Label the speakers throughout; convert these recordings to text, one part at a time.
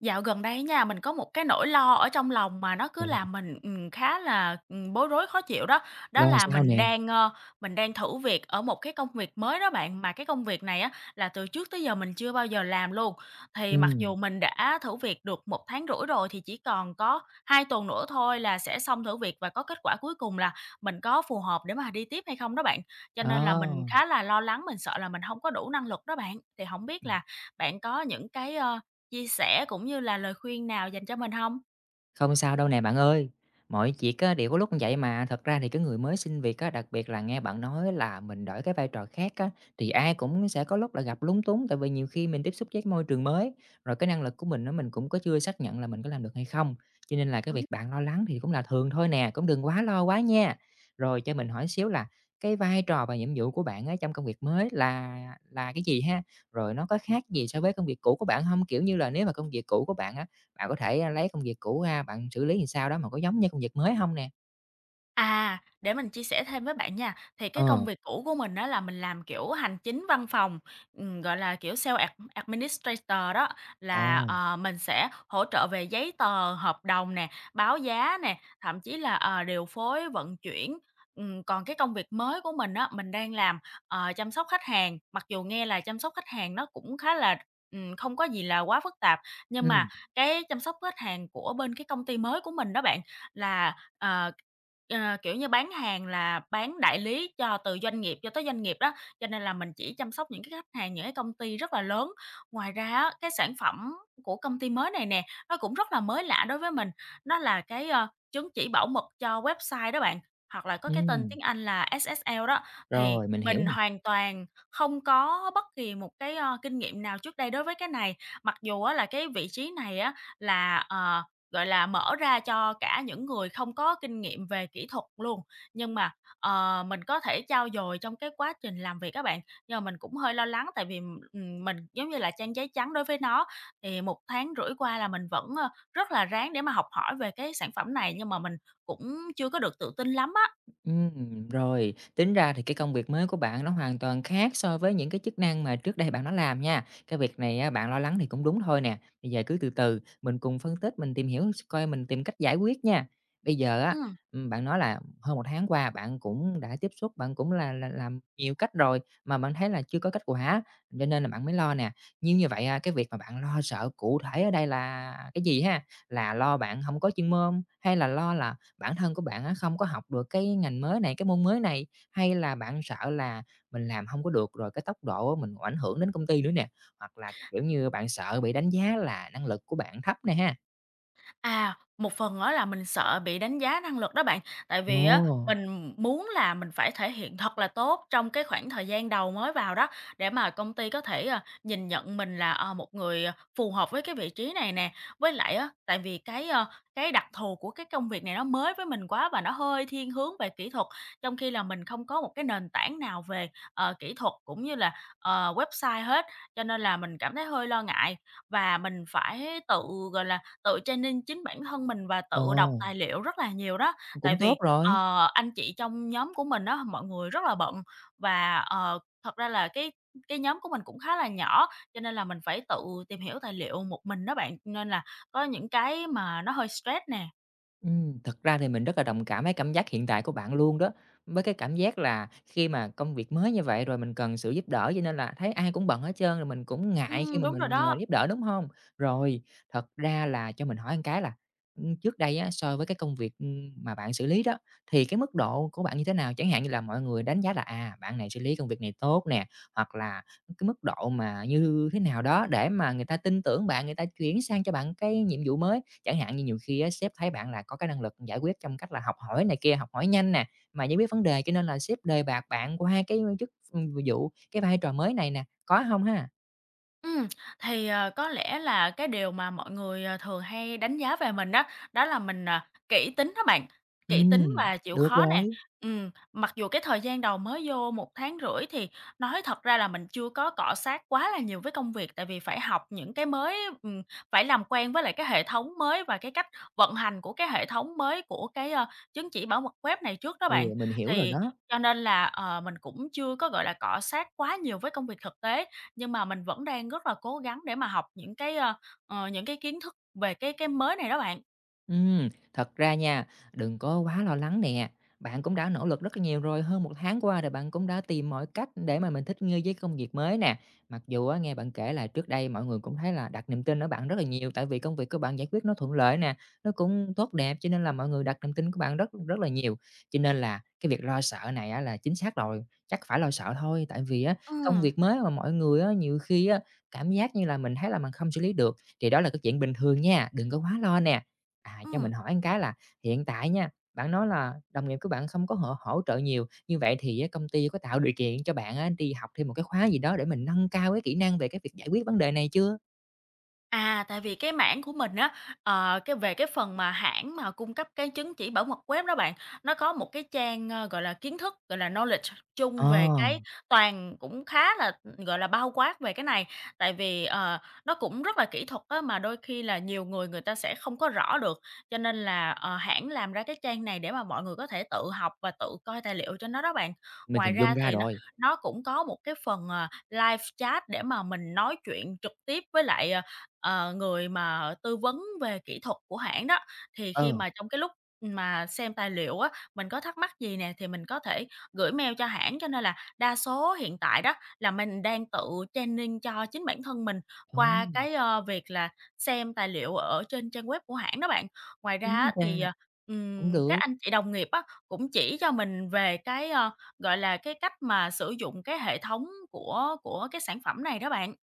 Speaker 1: Dạo gần đây nha, mình có một cái nỗi lo ở trong lòng mà nó cứ
Speaker 2: Ồ,
Speaker 1: làm mình, khá là, bối rối, khó chịu đó. Đó
Speaker 2: rồi
Speaker 1: là
Speaker 2: sao nè?
Speaker 1: mình đang thử việc ở một cái công việc mới đó bạn, mà cái công việc này á là từ trước tới giờ mình chưa bao giờ làm luôn. Thì mặc
Speaker 2: Ừm,
Speaker 1: dù mình đã thử việc được một tháng rưỡi rồi thì chỉ còn có 2 tuần nữa thôi là sẽ xong thử việc và có kết quả cuối cùng là mình có phù hợp để mà đi tiếp hay không đó bạn. Cho nên là mình
Speaker 2: à.
Speaker 1: khá là lo lắng, mình sợ là mình không có đủ năng lực đó bạn. Thì không biết là bạn có những cái, chia sẻ cũng như là lời khuyên nào dành cho mình hông?
Speaker 2: Không sao đâu nè bạn ơi. Mọi việc á, đều có lúc như vậy mà. Thật ra thì cái người mới xin việc á, đặc biệt là nghe bạn nói là mình đổi cái vai trò khác á, thì ai cũng sẽ có lúc là gặp lúng túng tại vì nhiều khi mình tiếp xúc với môi trường mới, rồi cái năng lực của mình nó mình cũng có chưa xác nhận là mình có làm được hay không. Cho nên là cái việc bạn lo lắng thì cũng là thường thôi nè, cũng đừng quá lo quá nha. Rồi cho mình hỏi xíu là cái vai trò và nhiệm vụ của bạn ấy trong công việc mới là cái gì ha? Rồi nó có khác gì so với công việc cũ của bạn không? Kiểu như là nếu mà công việc cũ của bạn bạn có thể, lấy công việc cũ ra, bạn xử lý làm sao đó mà có giống như công việc mới không nè.
Speaker 1: À, để mình chia sẻ thêm với bạn nha, thì
Speaker 2: Ờ,
Speaker 1: cái công việc cũ của mình đó là mình làm, kiểu, hành chính văn phòng, gọi là, kiểu, sale ad administrator đó,
Speaker 2: ờ,
Speaker 1: là, mình sẽ hỗ trợ về giấy tờ, hợp đồng nè, báo giá nè, thậm chí là, điều phối vận chuyển. Còn cái công việc mới của mình đó, mình đang làm, chăm sóc khách hàng, mặc dù nghe là chăm sóc khách hàng nó cũng khá là, không có gì là quá phức tạp, nhưng mà
Speaker 2: ừm,
Speaker 1: cái chăm sóc khách hàng của bên cái công ty mới của mình đó bạn, là Ờ, kiểu như, bán hàng là bán đại lý cho từ doanh nghiệp cho tới doanh nghiệp đó, cho nên là mình chỉ chăm sóc những cái khách hàng, những cái công ty rất là lớn. Ngoài ra á, cái sản phẩm của công ty mới này nè, nó cũng rất là mới lạ đối với mình, nó là cái, chứng chỉ bảo mật cho website đó bạn, hoặc là có cái tên tiếng
Speaker 2: ừm,
Speaker 1: Anh là SSL đó. Thì
Speaker 2: rồi, mình hiểu
Speaker 1: mình
Speaker 2: nè.
Speaker 1: hoàn toàn không có bất kỳ một cái, kinh nghiệm nào trước đây đối với cái này, mặc dù á là cái vị trí này á là, gọi là, mở ra cho cả những người không có kinh nghiệm về kỹ thuật luôn, nhưng mà, mình có thể trau dồi trong cái quá trình làm việc các bạn. Nhưng mà mình cũng hơi lo lắng tại vì, mình giống như là trang giấy trắng đối với nó, thì một tháng rưỡi qua là mình vẫn, rất là ráng để mà học hỏi về cái sản phẩm này, nhưng mà mình cũng chưa có được tự tin lắm á.
Speaker 2: Rồi, tính ra thì cái công việc mới của bạn nó hoàn toàn khác so với những cái chức năng mà trước đây bạn đã làm nha. Cái việc này á, bạn lo lắng thì cũng đúng thôi nè. Bây giờ cứ từ từ mình cùng phân tích, mình tìm hiểu coi mình tìm cách giải quyết nha. Bây giờ á,
Speaker 1: Ừm.
Speaker 2: bạn nói là hơn một tháng qua bạn cũng đã tiếp xúc, bạn cũng là, làm nhiều cách rồi mà bạn thấy là chưa có kết quả, cho nên là bạn mới lo nè. Nhưng như vậy à, cái việc mà bạn lo sợ cụ thể ở đây là cái gì ha? Là lo bạn không có chuyên môn hay là lo là bản thân của bạn á, không có học được cái ngành mới này, cái môn mới này, hay là bạn sợ là mình làm không có được rồi cái tốc độ mình ảnh hưởng đến công ty nữa nè? Hoặc là, kiểu như, bạn sợ bị đánh giá là năng lực của bạn thấp nè ha?
Speaker 1: À, một phần đó là mình sợ bị đánh giá năng lực đó bạn, tại vì á
Speaker 2: Ồ,
Speaker 1: mình muốn là mình phải thể hiện thật là tốt trong cái khoảng thời gian đầu mới vào đó, để mà công ty có thể, nhìn nhận mình là, một người, phù hợp với cái vị trí này nè. Với lại á, tại vì cái đặc thù của cái công việc này nó mới với mình quá và nó hơi thiên hướng về kỹ thuật, trong khi là mình không có một cái nền tảng nào về, kỹ thuật cũng như là, website hết, cho nên là mình cảm thấy hơi lo ngại. Và mình phải gọi là, tự training chính bản thân mình và
Speaker 2: ồ,
Speaker 1: tự đọc tài liệu rất là nhiều đó,
Speaker 2: cũng
Speaker 1: tại
Speaker 2: tốt
Speaker 1: vì,
Speaker 2: rồi.
Speaker 1: anh chị trong nhóm của mình á, mọi người rất là bận và, thật ra là cái nhóm của mình cũng khá là nhỏ, cho nên là mình phải tự tìm hiểu tài liệu một mình đó bạn, nên là có những cái mà nó hơi stress nè.
Speaker 2: Thật ra thì mình rất là đồng cảm với cảm giác hiện tại của bạn luôn đó. Với cái cảm giác là khi mà công việc mới như vậy rồi mình cần sự giúp đỡ cho nên là thấy ai cũng bận hết trơn rồi mình cũng ngại khi mà
Speaker 1: Đúng rồi
Speaker 2: mình nhờ
Speaker 1: đó.
Speaker 2: giúp đỡ, đúng không? Rồi, thật ra là cho mình hỏi một cái là, trước đây á, so với cái công việc, mà bạn xử lý đó, thì cái mức độ của bạn như thế nào? Chẳng hạn như là mọi người đánh giá là, à, bạn này xử lý công việc này tốt nè, hoặc là cái mức độ mà như thế nào đó để mà người ta tin tưởng bạn, người ta chuyển sang cho bạn cái nhiệm vụ mới? Chẳng hạn như nhiều khi á, sếp thấy bạn là có cái năng lực giải quyết trong cách là học hỏi này kia, học hỏi nhanh nè, mà giải quyết vấn đề cho nên là sếp đề bạt bạn qua cái chức vụ, cái vai trò mới này nè, có không ha?
Speaker 1: Ừ thì, có lẽ là cái điều mà mọi người, thường hay đánh giá về mình đó đó là mình, à, kỹ tính đó bạn, kỹ tính và chịu
Speaker 2: Được
Speaker 1: khó nè.
Speaker 2: rồi.
Speaker 1: Mặc dù cái thời gian đầu mới vô một tháng rưỡi thì nói thật ra là mình chưa có cọ xát quá là nhiều với công việc, tại vì phải học những cái mới, ừm, phải làm quen với lại cái hệ thống mới và cái cách vận hành của cái hệ thống mới của cái, chứng chỉ bảo mật web này trước đó bạn.
Speaker 2: Ừ, mình hiểu rồi
Speaker 1: Thì
Speaker 2: đó.
Speaker 1: cho nên là, mình cũng chưa có, gọi là, cọ xát quá nhiều với công việc thực tế, nhưng mà mình vẫn đang rất là cố gắng để mà học những cái, những cái kiến thức về cái mới này đó bạn.
Speaker 2: Ừm, thật ra nha, đừng có quá lo lắng nè. Bạn cũng đã nỗ lực rất là nhiều rồi, hơn một tháng qua rồi bạn cũng đã tìm mọi cách để mà mình thích nghi với công việc mới nè. Mặc dù á, nghe bạn kể là trước đây mọi người cũng thấy là đặt niềm tin ở bạn rất là nhiều, tại vì công việc của bạn giải quyết nó thuận lợi nè, nó cũng tốt đẹp, cho nên là mọi người đặt niềm tin của bạn rất rất là nhiều. Cho nên là cái việc lo sợ này á, là chính xác rồi, chắc phải lo sợ thôi, tại vì á, công
Speaker 1: Ừm,
Speaker 2: việc mới mà mọi người á, nhiều khi á, cảm giác như là mình thấy là mình không xử lý được, thì đó là cái chuyện bình thường nha, đừng có quá lo nè. À, cho
Speaker 1: ừm.
Speaker 2: mình hỏi một cái là hiện tại nha, bạn nói là đồng nghiệp của bạn không có hỗ hỗ trợ nhiều, như vậy thì á công ty có tạo điều kiện cho bạn á đi học thêm một cái khóa gì đó để mình nâng cao cái kỹ năng về cái việc giải quyết vấn đề này chưa?
Speaker 1: À, tại vì cái mảng của mình á, cái về cái phần mà hãng mà cung cấp cái chứng chỉ bảo mật web đó bạn, nó có một cái trang, gọi là, kiến thức, gọi là, knowledge chung về
Speaker 2: Ờ,
Speaker 1: cái toàn cũng khá là, gọi là, bao quát về cái này. Tại vì, nó cũng rất là kỹ thuật á, mà đôi khi là nhiều người người ta sẽ không có rõ được, cho nên là, hãng làm ra cái trang này để mà mọi người có thể tự học và tự coi tài liệu cho nó đó bạn.
Speaker 2: mình
Speaker 1: Ngoài
Speaker 2: hình dung
Speaker 1: ra
Speaker 2: ra
Speaker 1: thì nó
Speaker 2: rồi.
Speaker 1: nó cũng có một cái phần, live chat để mà mình nói chuyện trực tiếp với lại, người mà tư vấn về kỹ thuật của hãng đó, thì khi
Speaker 2: Ờ,
Speaker 1: mà trong cái lúc mà xem tài liệu á, mình có thắc mắc gì nè thì mình có thể gửi mail cho hãng. Cho nên là đa số hiện tại đó là mình đang tự training cho chính bản thân mình
Speaker 2: ờ,
Speaker 1: qua cái, việc là xem tài liệu ở trên trang web của hãng đó bạn. Ngoài ra
Speaker 2: đúng
Speaker 1: á thì,
Speaker 2: ra cũng
Speaker 1: các
Speaker 2: được.
Speaker 1: anh chị đồng nghiệp á, cũng chỉ cho mình về cái, gọi là, cái cách mà sử dụng cái hệ thống của cái sản phẩm này đó bạn.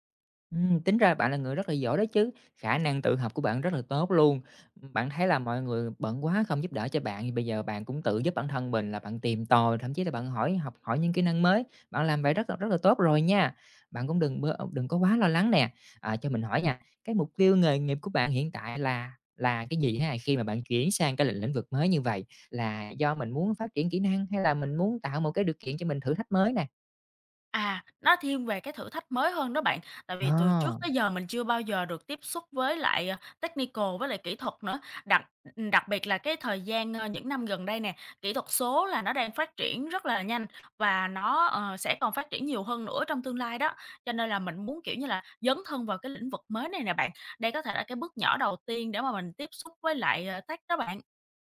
Speaker 2: Tính ra bạn là người rất là giỏi đó chứ, khả năng tự học của bạn rất là tốt luôn. Bạn thấy là mọi người bận quá không giúp đỡ cho bạn, thì bây giờ bạn cũng tự giúp bản thân mình là bạn tìm tòi, thậm chí là bạn hỏi học hỏi những kỹ năng mới, bạn làm vậy rất là tốt rồi nha. Bạn cũng đừng bơ đừng có quá lo lắng nè. À, cho mình hỏi nha, cái mục tiêu nghề nghiệp của bạn hiện tại là cái gì ha? Khi mà bạn chuyển sang cái lĩnh lĩnh vực mới như vậy, là do mình muốn phát triển kỹ năng hay là mình muốn tạo một cái điều kiện cho mình thử thách mới nè?
Speaker 1: À, nó thiên về cái thử thách mới hơn đó bạn, tại vì từ trước
Speaker 2: Ờ.
Speaker 1: tới giờ mình chưa bao giờ được tiếp xúc với lại, technical với lại kỹ thuật nữa. Đặc biệt là cái thời gian, những năm gần đây nè, kỹ thuật số là nó đang phát triển rất là nhanh và nó, sẽ còn phát triển nhiều hơn nữa trong tương lai đó. Cho nên là mình muốn, kiểu như là, dấn thân vào cái lĩnh vực mới này nè bạn. Đây có thể là cái bước nhỏ đầu tiên để mà mình tiếp xúc với lại, tech đó bạn.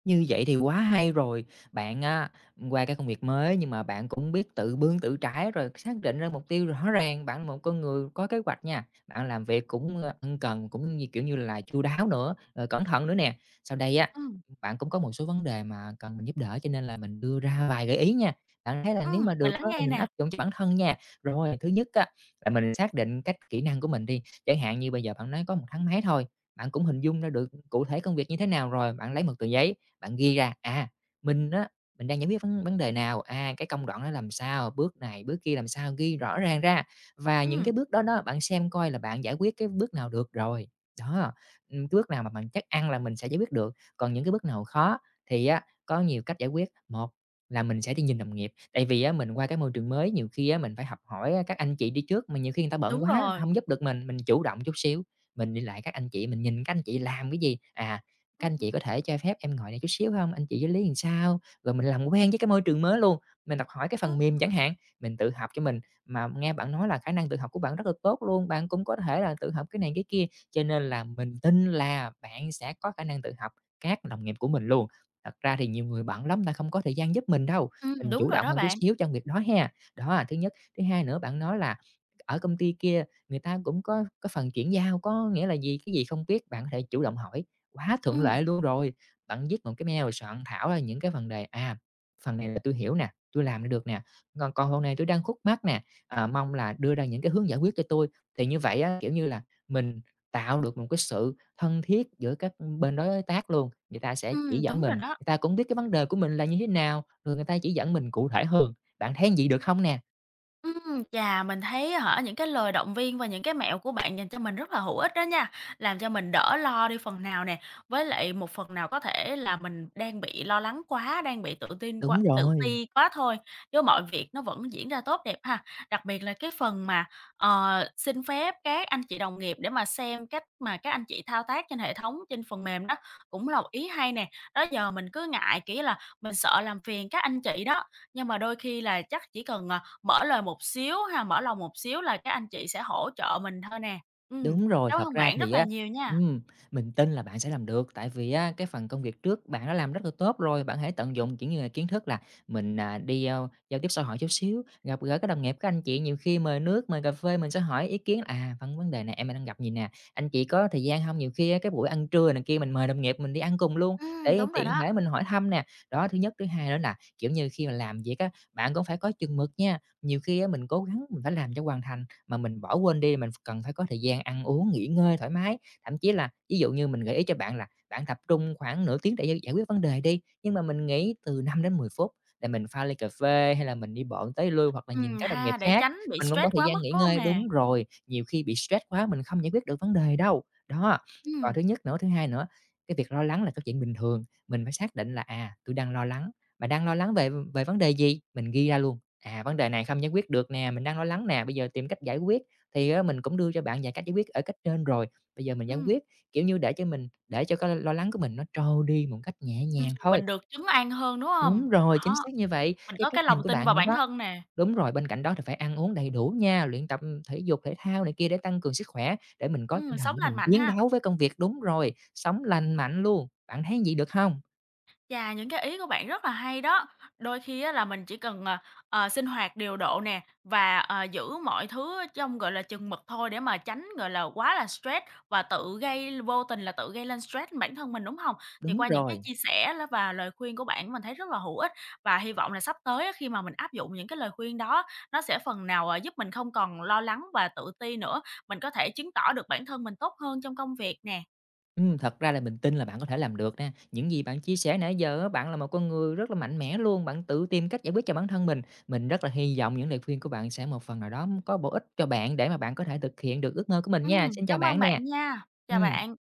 Speaker 2: Như vậy thì quá hay rồi. Bạn á, qua cái công việc mới nhưng mà bạn cũng biết tự bươn tự trái rồi xác định ra mục tiêu rõ ràng, bạn là một con người có kế hoạch nha. Bạn làm việc cũng, ân cần, cũng như, kiểu như là, chu đáo nữa, rồi cẩn thận nữa nè. Sau đây á,
Speaker 1: Ừm,
Speaker 2: bạn cũng có một số vấn đề mà cần mình giúp đỡ cho nên là mình đưa ra vài gợi ý nha. Bạn thấy là nếu mà
Speaker 1: mình
Speaker 2: được á
Speaker 1: lắng
Speaker 2: thì
Speaker 1: nghe
Speaker 2: mình
Speaker 1: nè.
Speaker 2: áp dụng cho bản thân nha. Rồi, thứ nhất á, là mình xác định cách kỹ năng của mình đi, chẳng hạn như bây giờ bạn nói có một tháng mấy thôi, bạn cũng hình dung ra được cụ thể công việc như thế nào rồi, bạn lấy một tờ giấy, bạn ghi ra, à, mình á, mình đang giải quyết vấn vấn đề nào, à, cái công đoạn nó làm sao, bước này, bước kia làm sao, ghi rõ ràng ra. Và những
Speaker 1: Ừm,
Speaker 2: cái bước đó đó, bạn xem coi là bạn giải quyết cái bước nào được rồi. Đó, cái bước nào mà bạn chắc ăn là mình sẽ giải quyết được, còn những cái bước nào khó thì á, có nhiều cách giải quyết. Một là mình sẽ đi nhìn đồng nghiệp, tại vì á, mình qua cái môi trường mới nhiều khi á, mình phải học hỏi các anh chị đi trước, mà nhiều khi người ta bận
Speaker 1: đúng
Speaker 2: quá, người ta
Speaker 1: rồi.
Speaker 2: hông giúp được mình chủ động chút xíu, mình đi lại các anh chị, mình nhìn các anh chị làm cái gì, à, các anh chị có
Speaker 1: Ừm,
Speaker 2: thể cho phép em ngồi này chút xíu không? Anh chị với lý làm sao?" Rồi mình làm quen với cái môi trường mới luôn, mình học hỏi cái phần
Speaker 1: ừm,
Speaker 2: mềm chẳng hạn, mình tự học cho mình. Mà nghe bạn nói là khả năng tự học của bạn rất là tốt luôn, bạn cũng có thể là tự học cái này cái kia, cho nên là mình tin là bạn sẽ có khả năng tự học các đồng nghiệp của mình luôn. Thật ra thì nhiều người bận lắm, ta không có thời gian giúp mình đâu, mình
Speaker 1: đúng
Speaker 2: chủ
Speaker 1: rồi
Speaker 2: động
Speaker 1: đó
Speaker 2: hơn chút
Speaker 1: bạn.
Speaker 2: xíu trong việc đó ha. Đó là thứ nhất. Thứ hai nữa, bạn nói là ở công ty kia người ta cũng có phần chuyển giao, có nghĩa là gì cái gì không biết bạn có thể chủ động hỏi, quá thuận
Speaker 1: Ừm.
Speaker 2: lợi luôn rồi. Bạn viết một cái mail rồi soạn thảo ra những cái phần đề, à, "Phần này là tôi hiểu nè, tôi làm được nè, còn còn phần này tui đang khúc mắc nè, à, mong là đưa ra những cái hướng giải quyết cho tôi. Thì như vậy á, kiểu như là, mình tạo được một cái sự thân thiết giữa các bên đối tác luôn, người ta sẽ chỉ dẫn
Speaker 1: Đúng
Speaker 2: mình,
Speaker 1: rồi đó.
Speaker 2: người ta cũng biết cái vấn đề của mình là như thế nào, rồi người ta chỉ dẫn mình cụ thể hơn. Bạn thấy vậy được không nè?
Speaker 1: Chà, mình thấy á hả, những cái lời động viên và những cái mẹo của bạn dành cho mình rất là hữu ích đó nha, làm cho mình đỡ lo đi phần nào nè, với lại một phần nào có thể là mình đang bị lo lắng quá, đang bị
Speaker 2: Đúng
Speaker 1: tự
Speaker 2: rồi.
Speaker 1: ti quá thôi, chứ mọi việc nó vẫn diễn ra tốt đẹp ha. Đặc biệt là cái phần mà, xin phép các anh chị đồng nghiệp để mà xem cách mà các anh chị thao tác trên hệ thống, trên phần mềm đó, cũng là một ý hay nè. Đó giờ mình cứ ngại, kỹ là, mình sợ làm phiền các anh chị đó, nhưng mà đôi khi là chắc chỉ cần, mở lời một xíu ha, mở lòng một xíu là các anh chị sẽ hỗ trợ mình thôi nè. Ừm,
Speaker 2: Đúng rồi,
Speaker 1: cảm
Speaker 2: thật
Speaker 1: ơn
Speaker 2: ra
Speaker 1: bạn
Speaker 2: thì
Speaker 1: rất là
Speaker 2: á,
Speaker 1: nhiều nha.
Speaker 2: ừm, mình tin là bạn sẽ làm được, tại vì á, cái phần công việc trước bạn đã làm rất là tốt rồi, bạn hãy tận dụng, kiểu như là, kiến thức là mình, à, đi, giao tiếp xã hội chút xíu, gặp gỡ các đồng nghiệp, các anh chị nhiều khi mời nước, mời cà phê mình sẽ hỏi ý kiến, à, "Vấn Vấn đề này em đang gặp gì nè, anh chị có thời gian không? Nhiều khi á, cái buổi ăn trưa này kia mình mời đồng nghiệp mình đi ăn cùng luôn, để
Speaker 1: Đúng rồi
Speaker 2: tiện
Speaker 1: đó.
Speaker 2: thể mình hỏi thăm nè. Đó, thứ nhất. Thứ hai nữa là, kiểu như, khi mà làm việc á, bạn cũng phải có chừng mực nha, nhiều khi á, mình cố gắng mình phải làm cho hoàn thành mà mình bỏ quên đi, mình cần phải có thời gian ăn uống, nghỉ ngơi thoải mái. Thậm chí là ví dụ như mình gợi ý cho bạn là bạn tập trung khoảng nửa tiếng để giải quyết vấn đề đi, nhưng mà mình nghỉ từ năm đến mười phút để mình pha ly cà phê hay là mình đi bộ tới lui hoặc là nhìn các đồng nghiệp
Speaker 1: Ha, để
Speaker 2: khác,
Speaker 1: tránh bị
Speaker 2: mình cũng có
Speaker 1: stress
Speaker 2: thời
Speaker 1: quá
Speaker 2: gian
Speaker 1: mức,
Speaker 2: nghỉ
Speaker 1: đúng không
Speaker 2: ngơi.
Speaker 1: nè?
Speaker 2: Đúng rồi, nhiều khi bị stress quá mình không giải quyết được vấn đề đâu. Đó, còn
Speaker 1: Ừm,
Speaker 2: thứ nhất nữa, thứ hai nữa, cái việc lo lắng là cái chuyện bình thường, mình phải xác định là, à, tôi đang lo lắng, mà đang lo lắng về về vấn đề gì? Mình ghi ra luôn. À, vấn đề này không giải quyết được nè, mình đang lo lắng nè, bây giờ tìm cách giải quyết thì á mình cũng đưa cho bạn vài cách giải quyết ở cách trên rồi. Bây giờ mình giải
Speaker 1: ừm.
Speaker 2: quyết, kiểu như, để cho mình để cho cái lo lắng của mình nó trôi đi một cách nhẹ nhàng thôi.
Speaker 1: Mình được trấn an hơn, đúng không?
Speaker 2: Đúng rồi, chính
Speaker 1: Đó,
Speaker 2: xác như vậy,
Speaker 1: mình
Speaker 2: cái
Speaker 1: có
Speaker 2: cách
Speaker 1: cái
Speaker 2: nhìn
Speaker 1: lòng
Speaker 2: của
Speaker 1: tin
Speaker 2: bạn
Speaker 1: vào
Speaker 2: nữa
Speaker 1: bản
Speaker 2: đó.
Speaker 1: thân nè.
Speaker 2: Đúng rồi, bên cạnh đó thì phải ăn uống đầy đủ nha, luyện tập thể dục thể thao này kia để tăng cường sức khỏe, để mình có tinh thần
Speaker 1: Sống
Speaker 2: để
Speaker 1: lành
Speaker 2: mình
Speaker 1: mạnh
Speaker 2: chiến
Speaker 1: ha.
Speaker 2: đấu với công việc. Đúng rồi, sống lành mạnh luôn, bạn thấy gì được không?
Speaker 1: Chà, những cái ý của bạn rất là hay đó. Đôi khi á là mình chỉ cần, sinh hoạt điều độ nè, và, giữ mọi thứ trong, gọi là, chừng mực thôi để mà tránh, gọi là, quá là stress và tự gây vô tình là tự gây lên stress bản thân mình, đúng không? Thì
Speaker 2: Đúng
Speaker 1: qua những cái
Speaker 2: rồi.
Speaker 1: chia sẻ và lời khuyên của bạn mình thấy rất là hữu ích và hy vọng là sắp tới á khi mà mình áp dụng những cái lời khuyên đó, nó sẽ phần nào, giúp mình không còn lo lắng và tự ti nữa, mình có thể chứng tỏ được bản thân mình tốt hơn trong công việc nè.
Speaker 2: Thật ra là mình tin là bạn có thể làm được nè. Những gì bạn chia sẻ nãy giờ á, bạn là một con người rất là mạnh mẽ luôn, bạn tự tìm cách giải quyết cho bản thân mình. Mình rất là hy vọng những lời khuyên của bạn sẽ một phần nào đó có bổ ích cho bạn để mà bạn có thể thực hiện được ước mơ của mình nha. Xin chào
Speaker 1: Cảm ơn
Speaker 2: bạn nè.
Speaker 1: bạn nha. Chào
Speaker 2: Ừm.
Speaker 1: bạn.